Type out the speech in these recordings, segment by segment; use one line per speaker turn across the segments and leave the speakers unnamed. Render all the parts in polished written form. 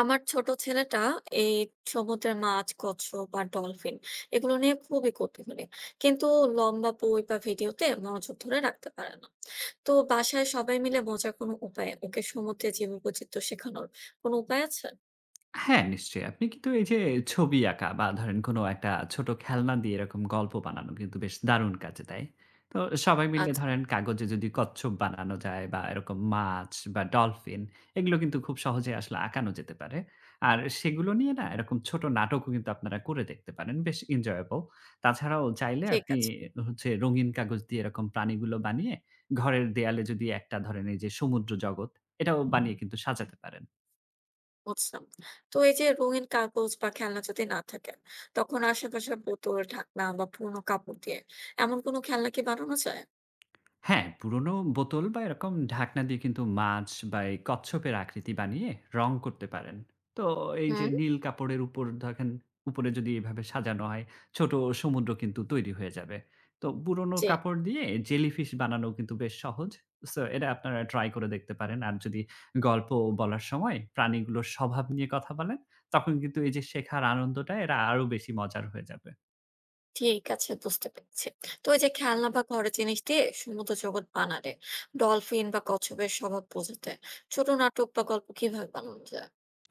আমার ছোট ছেলেটা এই সমুদ্রের মাছ কচ্ছপ বা ডলফিন এগুলো নিয়ে খুবই কৌতূহলী, কিন্তু লম্বা বই বা ভিডিওতে মনোযোগ ধরে রাখতে পারে না। তো বাসায় সবাই মিলে মজার কোনো উপায়, ওকে সমুদ্রে জীববৈচিত্র্য শেখানোর কোনো উপায় আছে?
হ্যাঁ, নিশ্চয়ই। আপনি কিন্তু এই যে ছবি আঁকা বা ধরেন কোনো একটা ছোট খেলনা দিয়ে এরকম গল্প বানানো কিন্তু বেশ দারুণ কাজে দেয়। তো সবাই মিলে
আচ্ছা।
ধরেন কাগজে যদি কচ্ছপ বানানো যায় বা এরকম মাছ বা ডলফিন এগুলো কিন্তু খুব সহজে আসলে আঁকানো যেতে পারে। আর সেগুলো নিয়ে না এরকম ছোট নাটকও কিন্তু আপনারা করে দেখতে পারেন। বেশ enjoyable। তাছাড়াও চাইলে
ঠিক
আপনি
আছে।
হচ্ছে রঙিন কাগজ দিয়ে এরকম প্রাণীগুলো বানিয়ে ঘরের দেয়ালে যদি একটা ধরেন এই যে সমুদ্র জগৎ এটাও বানিয়ে কিন্তু সাজাতে পারেন।
বুঝলাম। তো এই যে রঙিন কাগজ বা খেলনা যদি না থাকে, তখন আশেপাশে বোতল ঢাকনা বা পুরোনো কাপড় দিয়ে এমন কোনো খেলনা কি বানানো যায়?
হ্যাঁ, পুরনো বোতল বা এরকম ঢাকনা দিয়ে কিন্তু মাছ বা এই কচ্ছপের আকৃতি বানিয়ে রং করতে পারেন। তো এই যে
হুম।
নীল কাপড়ের উপর দেখেন, উপরে যদি এভাবে সাজানো হয়, ছোট সমুদ্র কিন্তু তৈরি হয়ে যাবে। তো পুরনো
জি।
কাপড় দিয়ে জেলিফিশ বানানো কিন্তু বেশ সহজ। সো এটা আপনারা ট্রাই করে দেখতে পারেন। আর যদি গল্প বলার সময় প্রাণীগুলোর স্বভাব নিয়ে কথা বলেন, তখন কিন্তু এই যে শেখার আনন্দটা এরা আরো বেশি মজার হয়ে যাবে।
ঠিক আছে, বুঝতে পেরেছি। তো এই যে খেলনা বা ঘরের জিনিস দিয়ে সমুদ্র জগৎ বানালে ডলফিন বা কচ্ছপের স্বভাব বোঝাতে ছোট নাটক বা গল্প কিভাবে বানানো যায়?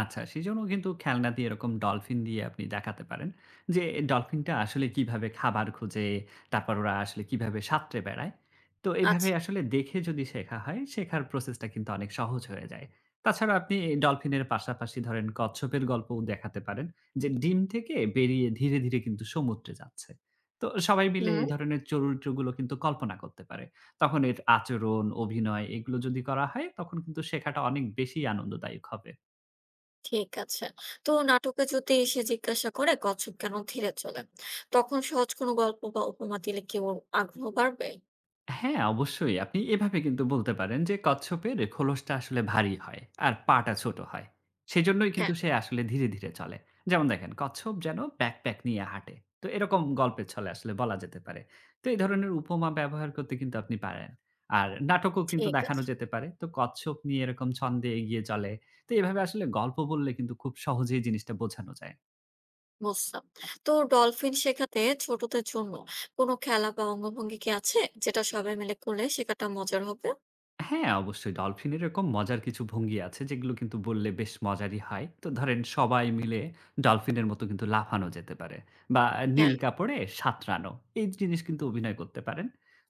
আচ্ছা, সেজন্য কিন্তু খেলনা দিয়ে এরকম ডলফিন দিয়ে আপনি দেখাতে পারেন। যে ডলফিনটা আসলে কিভাবে খাবার খোঁজে, তারপর ওরা আসলে কিভাবে সাঁতরে বেড়ায়। তো এভাবে
আচ্ছা।
আসলে দেখে যদি শেখা হয়, শেখার প্রসেসটা কিন্তু অনেক সহজ হয়ে যায়। তাছাড়া আপনি ডলফিনের পাশাপাশি ধরেন কচ্ছপের গল্পও দেখাতে পারেন। যে ডিম থেকে বেরিয়ে ধীরে, ধীরে কিন্তু সমুদ্রে যাচ্ছে। তো সবাই মিলে
হুম।
এই ধরনের চরিত্রগুলো কিন্তু কল্পনা করতে পারে। তখন এর আচরণ, অভিনয় এগুলো যদি করা হয় তখন কিন্তু শেখাটা অনেক বেশি আনন্দদায়ক হবে।
ঠিক আছে। তো নাটকে যদি এসে জিজ্ঞাসা করে কচ্ছপ কেন ধীরে চলে, তখন সহজ কোনো গল্প বা উপমা দিলে কি ওর আগ্রহ বাড়বে?
হ্যাঁ, অবশ্যই। আপনি এভাবে কিন্তু বলতে পারেন যে কচ্ছপের খোলসটা আসলে ভারী হয় আর পাটা ছোট হয়। সেজন্যই
হ্যাঁ।
কিন্তু সে আসলে ধীরে, ধীরে চলে। যেমন দেখেন কচ্ছপ যেন ব্যাকপ্যাক নিয়ে হাঁটে। তো এরকম গল্পের ছলে আসলে বলা যেতে পারে। তো এই ধরনের উপমা ব্যবহার করতে কিন্তু আপনি পারেন। আর নাটকও কিন্তু
ঠিক
দেখানো
আছে,
যেতে পারে। তো কচ্ছপ নিয়ে এরকম ছন্দে এগিয়ে চলে। তো এভাবে আসলে গল্প বললে কিন্তু খুব সহজেই জিনিসটা বোঝানো যায়।
বুঝলাম। তো ডলফিন শেখাতে ছোটদের জন্য কোনো খেলা বা অঙ্গভঙ্গি কি আছে, যেটা সবাই মিলে করলে শেখাটা মজার হবে?
হ্যাঁ, অবশ্যই ডলফিন এরকম মজার কিছু ভঙ্গি আছে যেগুলো কিন্তু বললে বেশ মজারই হয়। তো ধরেন সবাই মিলে ডলফিনের মতো কিন্তু লাফানো যেতে পারে বা নীল
হ্যাঁ।
কাপড়ে সাঁতরানো। এই জিনিস কিন্তু অভিনয় করতে পারেন।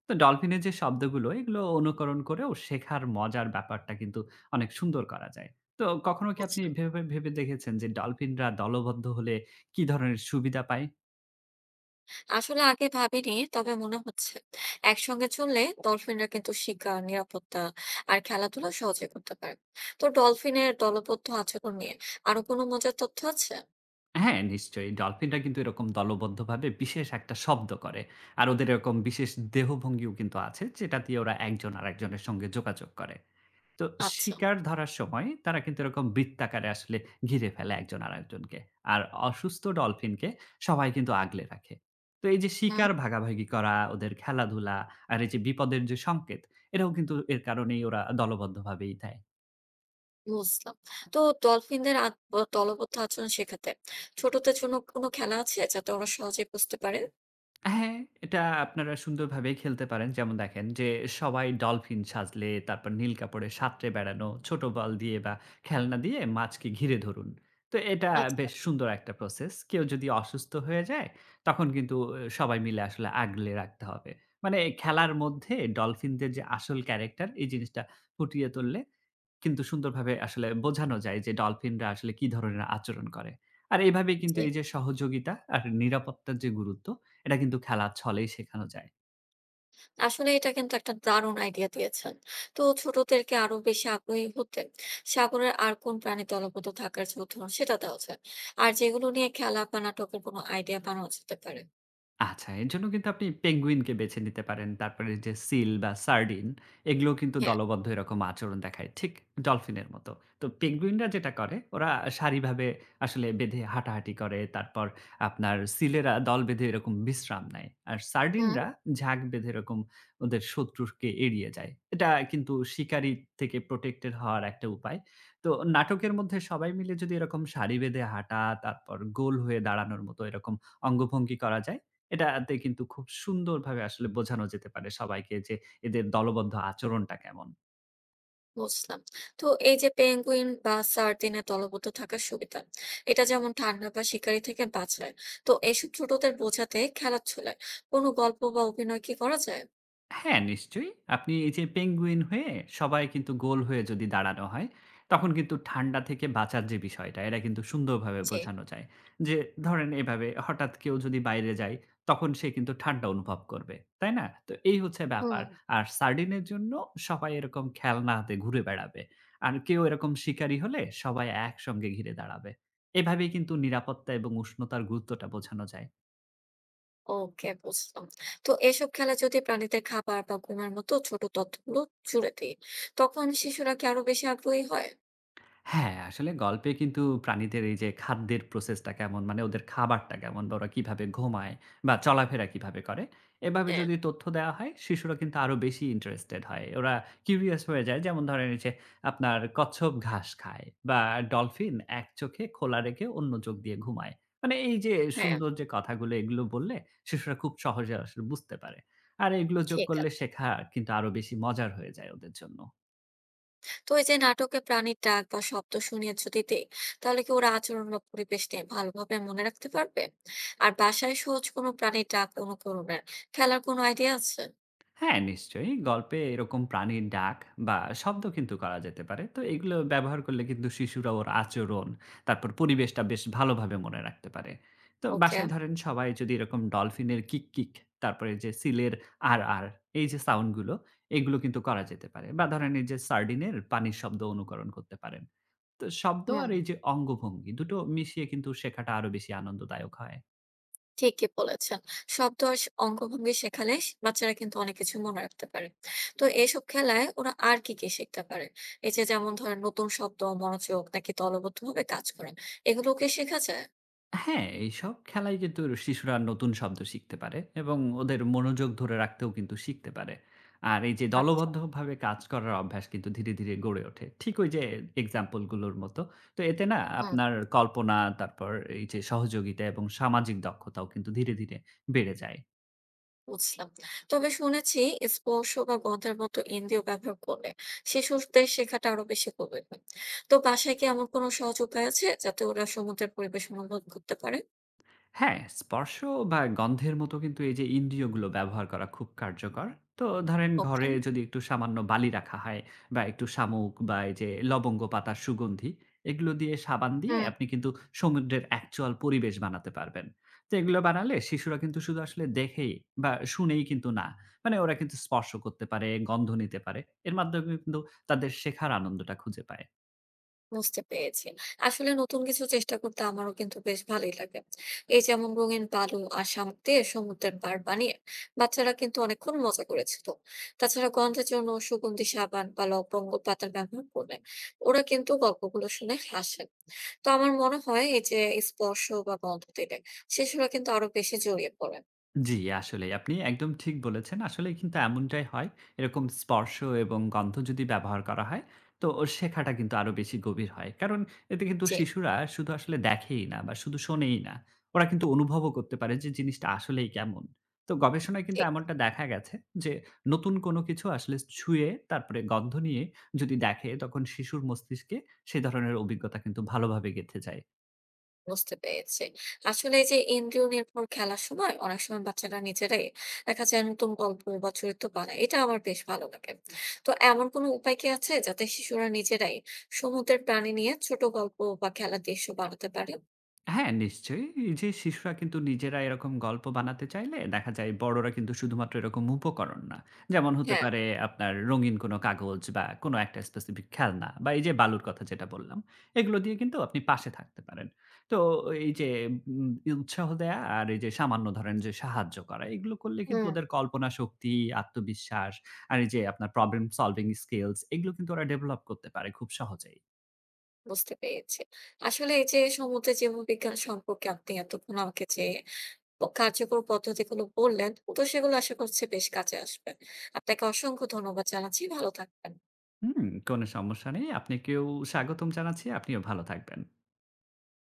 তো ডলফিনের যে শব্দগুলো এগুলো অনুকরণ করেও শেখার মজার ব্যাপারটা কিন্তু অনেক সুন্দর করা যায়। তো কখনো কি আপনি
বুঝলাম।
ভেবে, ভেবে দেখেছেন যে ডলফিনরা দলবদ্ধ হলে কি ধরনের সুবিধা পায়?
আসলে আগে ভাবিনি, তবে মনে হচ্ছে একসঙ্গে চললে ডলফিনরা কিন্তু শিকার, নিরাপত্তা আর খেলাধুলা সহজে করতে পারে। তো ডলফিনের দলবদ্ধ আচরণ নিয়ে আরো কোনো মজার তথ্য আছে?
হ্যাঁ, নিশ্চয়ই। ডলফিনরা কিন্তু এরকম দলবদ্ধভাবে বিশেষ একটা শব্দ করে। আর ওদের এরকম বিশেষ দেহভঙ্গিও কিন্তু আছে, যেটা দিয়ে ওরা একজন আরেকজনের সঙ্গে যোগাযোগ করে। তো
আচ্ছা।
শিকার ধরার সময় তারা কিন্তু এরকম বৃত্তাকারে আসলে ঘিরে ফেলে একজন আরেকজনকে। আর অসুস্থ ডলফিনকে সবাই কিন্তু আগলে রাখে। তো এই যে
হুম।
শিকার ভাগাভাগি করা, ওদের খেলাধুলা আর এই যে বিপদের যে সংকেত, এটাও কিন্তু এর কারণেই ওরা দলবদ্ধভাবেই দেয়।
বুঝলাম। তো ডলফিনদের দলবদ্ধ আচরণ শেখাতে ছোটদের জন্য কোনো খেলা আছে যাতে ওরা সহজে বুঝতে পারে?
হ্যাঁ, এটা আপনারা সুন্দরভাবেই খেলতে পারেন। যেমন দেখেন যে সবাই ডলফিন সাজলে, তারপর নীল কাপড়ে সাঁতরে বেড়ানো, ছোট বল দিয়ে বা খেলনা দিয়ে মাছকে ঘিরে ধরুন। তো এটা
আচ্ছা।
বেশ সুন্দর একটা প্রসেস। কেউ যদি অসুস্থ হয়ে যায়, তখন কিন্তু এ সবাই মিলে আসলে আগলে রাখতে হবে। মানে খেলার মধ্যে ডলফিনদের যে আসল ক্যারেক্টার, এই জিনিসটা ফুটিয়ে তুললে কিন্তু সুন্দরভাবে আসলে বোঝানো যায় যে ডলফিনরা আসলে কি ধরনের আচরণ করে। আর এভাবেই কিন্তু এই যে সহযোগিতা আর নিরাপত্তার যে গুরুত্ব, এটা কিন্তু খেলার ছলেই শেখানো যায়।
আসলে এটা কিন্তু একটা দারুণ আইডিয়া দিয়েছেন। তো ছোটদেরকে আরো বেশি আগ্রহী হতে সাগরের আর কোন প্রাণী দলগত থাকার যে উদাহরণ সেটা দেওয়া যায়, আর যেগুলো নিয়ে খেলা বা নাটকের কোনো আইডিয়া বানানো যেতে পারে?
আচ্ছা, এর জন্য কিন্তু আপনি পেঙ্গুইনকে বেছে নিতে পারেন। তারপরে যে সিল বা সার্ডিন এগুলোও কিন্তু
হ্যাঁ।
দলবদ্ধ এরকম আচরণ দেখায়। ঠিক ডলফিনের মতো। তো পেঙ্গুইনরা যেটা করে ওরা সারিভাবে আসলে বেঁধে হাঁটাহাঁটি করে। তারপর আপনার সিলেরা দল বেঁধে এরকম বিশ্রাম নেয়। আর
হুম।
সার্ডিনরা ঝাঁক বেঁধে এরকম ওদের শত্রুকে এড়িয়ে যায়। এটা কিন্তু শিকারি থেকে প্রটেক্টেড হওয়ার একটা উপায়। তো নাটকের মধ্যে সবাই মিলে যদি এরকম সারি বেঁধে হাঁটা, তারপর গোল হয়ে দাঁড়ানোর মতো এরকম অঙ্গভঙ্গি করা যায় এটাতে কিন্তু খুব সুন্দরভাবে আসলে বোঝানো যেতে পারে সবাইকে যে এদের দলবদ্ধ আচরণটা কেমন।
বুঝলাম। তো এই যে পেঙ্গুইন বা সার্ডিনের দলগত থাকার সুবিধা, এটা যেমন ঠান্ডা বা শিকারি থেকে বাঁচায়, তো এসব ছোটদের বোঝাতে খেলার ছলে কোনো গল্প বা অভিনয় কি করা যায়?
হ্যাঁ, নিশ্চয়ই। আপনি এই যে পেঙ্গুইন হয়ে সবাই কিন্তু গোল হয়ে যদি দাঁড়ানো হয়, তখন কিন্তু ঠান্ডা থেকে বাঁচার যে বিষয়টা, এটা কিন্তু সুন্দরভাবে
যে।
বোঝানো যায়। যে ধরেন এভাবে হঠাৎ কেউ যদি বাইরে যায়, তখন সে কিন্তু ঠান্ডা অনুভব করবে। তাই না? তো এই হচ্ছে
হুম।
ব্যাপার। আর সার্ডিনের জন্য সবাই এরকম খেলনা হাতে ঘুরে বেড়াবে। আর কেউ এরকম শিকারী হলে সবাই একসঙ্গে ঘিরে দাঁড়াবে। এভাবেই কিন্তু নিরাপত্তা এবং উষ্ণতার গুরুত্বটা বোঝানো যায়।
ওকে, বুঝলাম। তো এসব খেলা যদি প্রাণীদের খাবার বা ঘুমের মতো ছোট তথ্যগুলো জুড়ে দিই, তখন শিশুরা কি আরো বেশি আগ্রহী হয়?
হ্যাঁ, আসলে গল্পে কিন্তু প্রাণীদের এই যে খাদ্যের প্রসেসটা কেমন, মানে ওদের খাবারটা কেমন বা ওরা কিভাবে ঘুমায় বা চলাফেরা কিভাবে করে, এভাবে
হ্যাঁ।
যদি তথ্য দেওয়া হয় শিশুরা কিন্তু আরো বেশি ইন্টারেস্টেড হয়। ওরা কিউরিয়াস হয়ে যায়। যেমন ধরেন এই যে আপনার কচ্ছপ ঘাস খায় বা ডলফিন এক চোখে খোলা রেখে অন্য চোখ দিয়ে ঘুমায়। মানে এই যে
হ্যাঁ,
সুন্দর যে কথাগুলো এগুলো বললে শিশুরা খুব সহজে আসলে বুঝতে পারে। আর এগুলো যোগ
ঠিক
করলে
আছে।
শেখা কিন্তু আরো বেশি মজার হয়ে যায় ওদের জন্য।
তো এই যে নাটকে প্রাণীর ডাক বা শব্দ শুনিয়ে যদি দিই, তাহলে কি ওরা আচরণ বা পরিবেশ নিয়ে ভালোভাবে মনে রাখতে পারবে? আর বাসায় সহজ কোনো প্রাণীর ডাক অনুকরণের খেলার কোনো আইডিয়া আছে?
হ্যাঁ, নিশ্চয়ই। গল্পে এরকম প্রাণীর ডাক বা শব্দ কিন্তু করা যেতে পারে। তো এগুলো ব্যবহার করলে কিন্তু শিশুরা ওর আচরণ, তারপর পরিবেশটা বেশ ভালোভাবে মনে রাখতে পারে। তো
ওকে,
বাসায় ধরেন সবাই যদি এরকম ডলফিনের কিক, কিক, তারপরে যে সিলের আর এই যে সাউন্ড গুলো, এগুলো কিন্তু করা যেতে পারে। বা ধরেন এই যে সার্ডিনের পানির শব্দ অনুকরণ করতে পারেন। তো শব্দ
হুম।
আর এই যে অঙ্গভঙ্গি দুটো মিশিয়ে কিন্তু শেখাটা আরো বেশি আনন্দদায়ক হয়।
ঠিকই বলেছেন। শব্দ আর স অঙ্গভঙ্গি শেখালে স বাচ্চারা কিন্তু অনেক কিছু মনে রাখতে পারে। তো এসব খেলায় ওরা আর কি শিখতে পারে? এই যে যেমন ধরেন নতুন শব্দ, মনোযোগ, নাকি দলবদ্ধভাবে কাজ করেন, এগুলোও কি শেখা যায়?
হ্যাঁ, এইসব খেলায় কিন্তু শিশুরা নতুন শব্দ শিখতে পারে এবং ওদের মনোযোগ ধরে রাখতেও কিন্তু শিখতে পারে। আর এই যে
আচ্ছা,
দলবদ্ধভাবে কাজ করার অভ্যাস কিন্তু ধীরে, ধীরে গড়ে ওঠে। ঠিক ওই যে এক্সাম্পল গুলোর মতো। তো এতে না
হুম,
আপনার কল্পনা, তারপর এই যে সহযোগিতা এবং সামাজিক দক্ষতাও কিন্তু ধীরে, ধীরে বেড়ে যায়।
বুঝলাম। তবে শুনেছি স্পর্শ বা গন্ধের মতো ইন্দ্রিয় ব্যবহার করলে শিশুদের শেখাটা আরো বেশি গভীর হয়। তো বাসায় কি এমন কোনো সহজ উপায় আছে যাতে ওরা সমুদ্রের পরিবেশ অনুভব করতে পারে?
হ্যাঁ, স্পর্শ বা গন্ধের মতো কিন্তু এই যে ইন্দ্রিয়গুলো ব্যবহার করা খুব কার্যকর। তো ধরেন
ওকে।
ঘরে যদি একটু সামান্য বালি রাখা হয় বা একটু শামুক বা এই যে লবঙ্গ পাতার সুগন্ধি, এগুলো দিয়ে সাবান দিয়ে
হুম।
আপনি কিন্তু সমুদ্রের অ্যাকচুয়াল পরিবেশ বানাতে পারবেন। তো এগুলো বানালে শিশুরা কিন্তু শুধু আসলে দেখেই বা শুনেই কিন্তু না। মানে ওরা কিন্তু স্পর্শ করতে পারে, গন্ধ নিতে পারে। এর মাধ্যমে কিন্তু তাদের শেখার আনন্দটা খুঁজে পায়।
বুঝতে পেরেছি। আসলে নতুন কিছু চেষ্টা করতে আমারও কিন্তু বেশ ভালোই লাগে। এই যেমন রঙিন বালু আর শামুক দিয়ে সমুদ্রের পাড় বানিয়ে বাচ্চারা কিন্তু অনেকক্ষণ মজা করেছিল। তাছাড়া গন্ধের জন্য সুগন্ধি সাবান বা লবঙ্গ পাতার ব্যবহার করলে ওরা কিন্তু গল্পগুলো শুনে হাসে। তো আমার মনে হয় এই যে স্পর্শ বা গন্ধ দিলে শিশুরা কিন্তু আরো বেশি জড়িয়ে পড়ে।
জি, আসলেই। আপনি একদম ঠিক বলেছেন। আসলেই কিন্তু এমনটাই হয়। এরকম স্পর্শ এবং গন্ধ যদি ব্যবহার করা হয়, তো শেখাটা কিন্তু আরো বেশি গভীর হয়। কারণ এতে কিন্তু
জি,
শিশুরা শুধু আসলে দেখেই না বা শুধু শোনেই না। ওরা কিন্তু অনুভবও করতে পারে যে জিনিসটা আসলেই কেমন। তো গবেষণায় কিন্তু
ঠিক।
এমনটা দেখা গেছে যে নতুন কোনো কিছু আসলে ছুঁয়ে তারপরে গন্ধ নিয়ে যদি দেখে তখন শিশুর মস্তিষ্কে সে ধরনের অভিজ্ঞতা কিন্তু ভালোভাবে গেঁথে যায়।
বুঝতে পেরেছি। আসলে এই যে ইন্দ্রিয় নির্ভর খেলার সময় অনেক সময় বাচ্চারা নিজেরাই দেখা যায় নতুন গল্প বা চরিত্র বানায়। এটা আমার বেশ ভালো লাগে। তো এমন কোনো উপায় কি আছে যাতে শিশুরা নিজেরাই সমুদ্রের প্রাণী নিয়ে ছোট গল্প বা খেলার দৃশ্য বানাতে পারে?
হ্যাঁ, নিশ্চয়ই। এই যে শিশুরা কিন্তু নিজেরা এরকম গল্প বানাতে চাইলে দেখা যায় বড়রা কিন্তু শুধুমাত্র এরকম উপকরণ না। যেমন হতে
হ্যাঁ,
পারে আপনার রঙিন কোনো কাগজ বা কোনো একটা স্পেসিফিক খেলনা বা এই যে বালুর কথা যেটা বললাম, এগুলো দিয়ে কিন্তু আপনি পাশে থাকতে পারেন। তো এই যে উম উৎসাহ দেয়া আর এই যে সামান্য ধরেন যে সাহায্য করা, এগুলো করলে কিন্তু
হুম,
ওদের কল্পনা শক্তি, আত্মবিশ্বাস আর এই যে আপনার প্রবলেম সলভিং স্কিলস এগুলো কিন্তু ওরা ডেভেলপ করতে পারে খুব সহজেই।
বুঝতে পেরেছি। আসলে এই যে সমুদ্রের জীববিজ্ঞান সম্পর্কে আপনি এতক্ষণ আমাকে যে প কার্যকর পদ্ধতিগুলো বললেন, তো সেগুলো আশা করছি বেশ কাজে আসবে। আপনাকে অসংখ্য ধন্যবাদ জানাচ্ছি। ভালো থাকবেন।
হুম, কোনো সমস্যা নেই। আপনাকেও স্বাগতম জানাচ্ছি। আপনিও ভালো থাকবেন।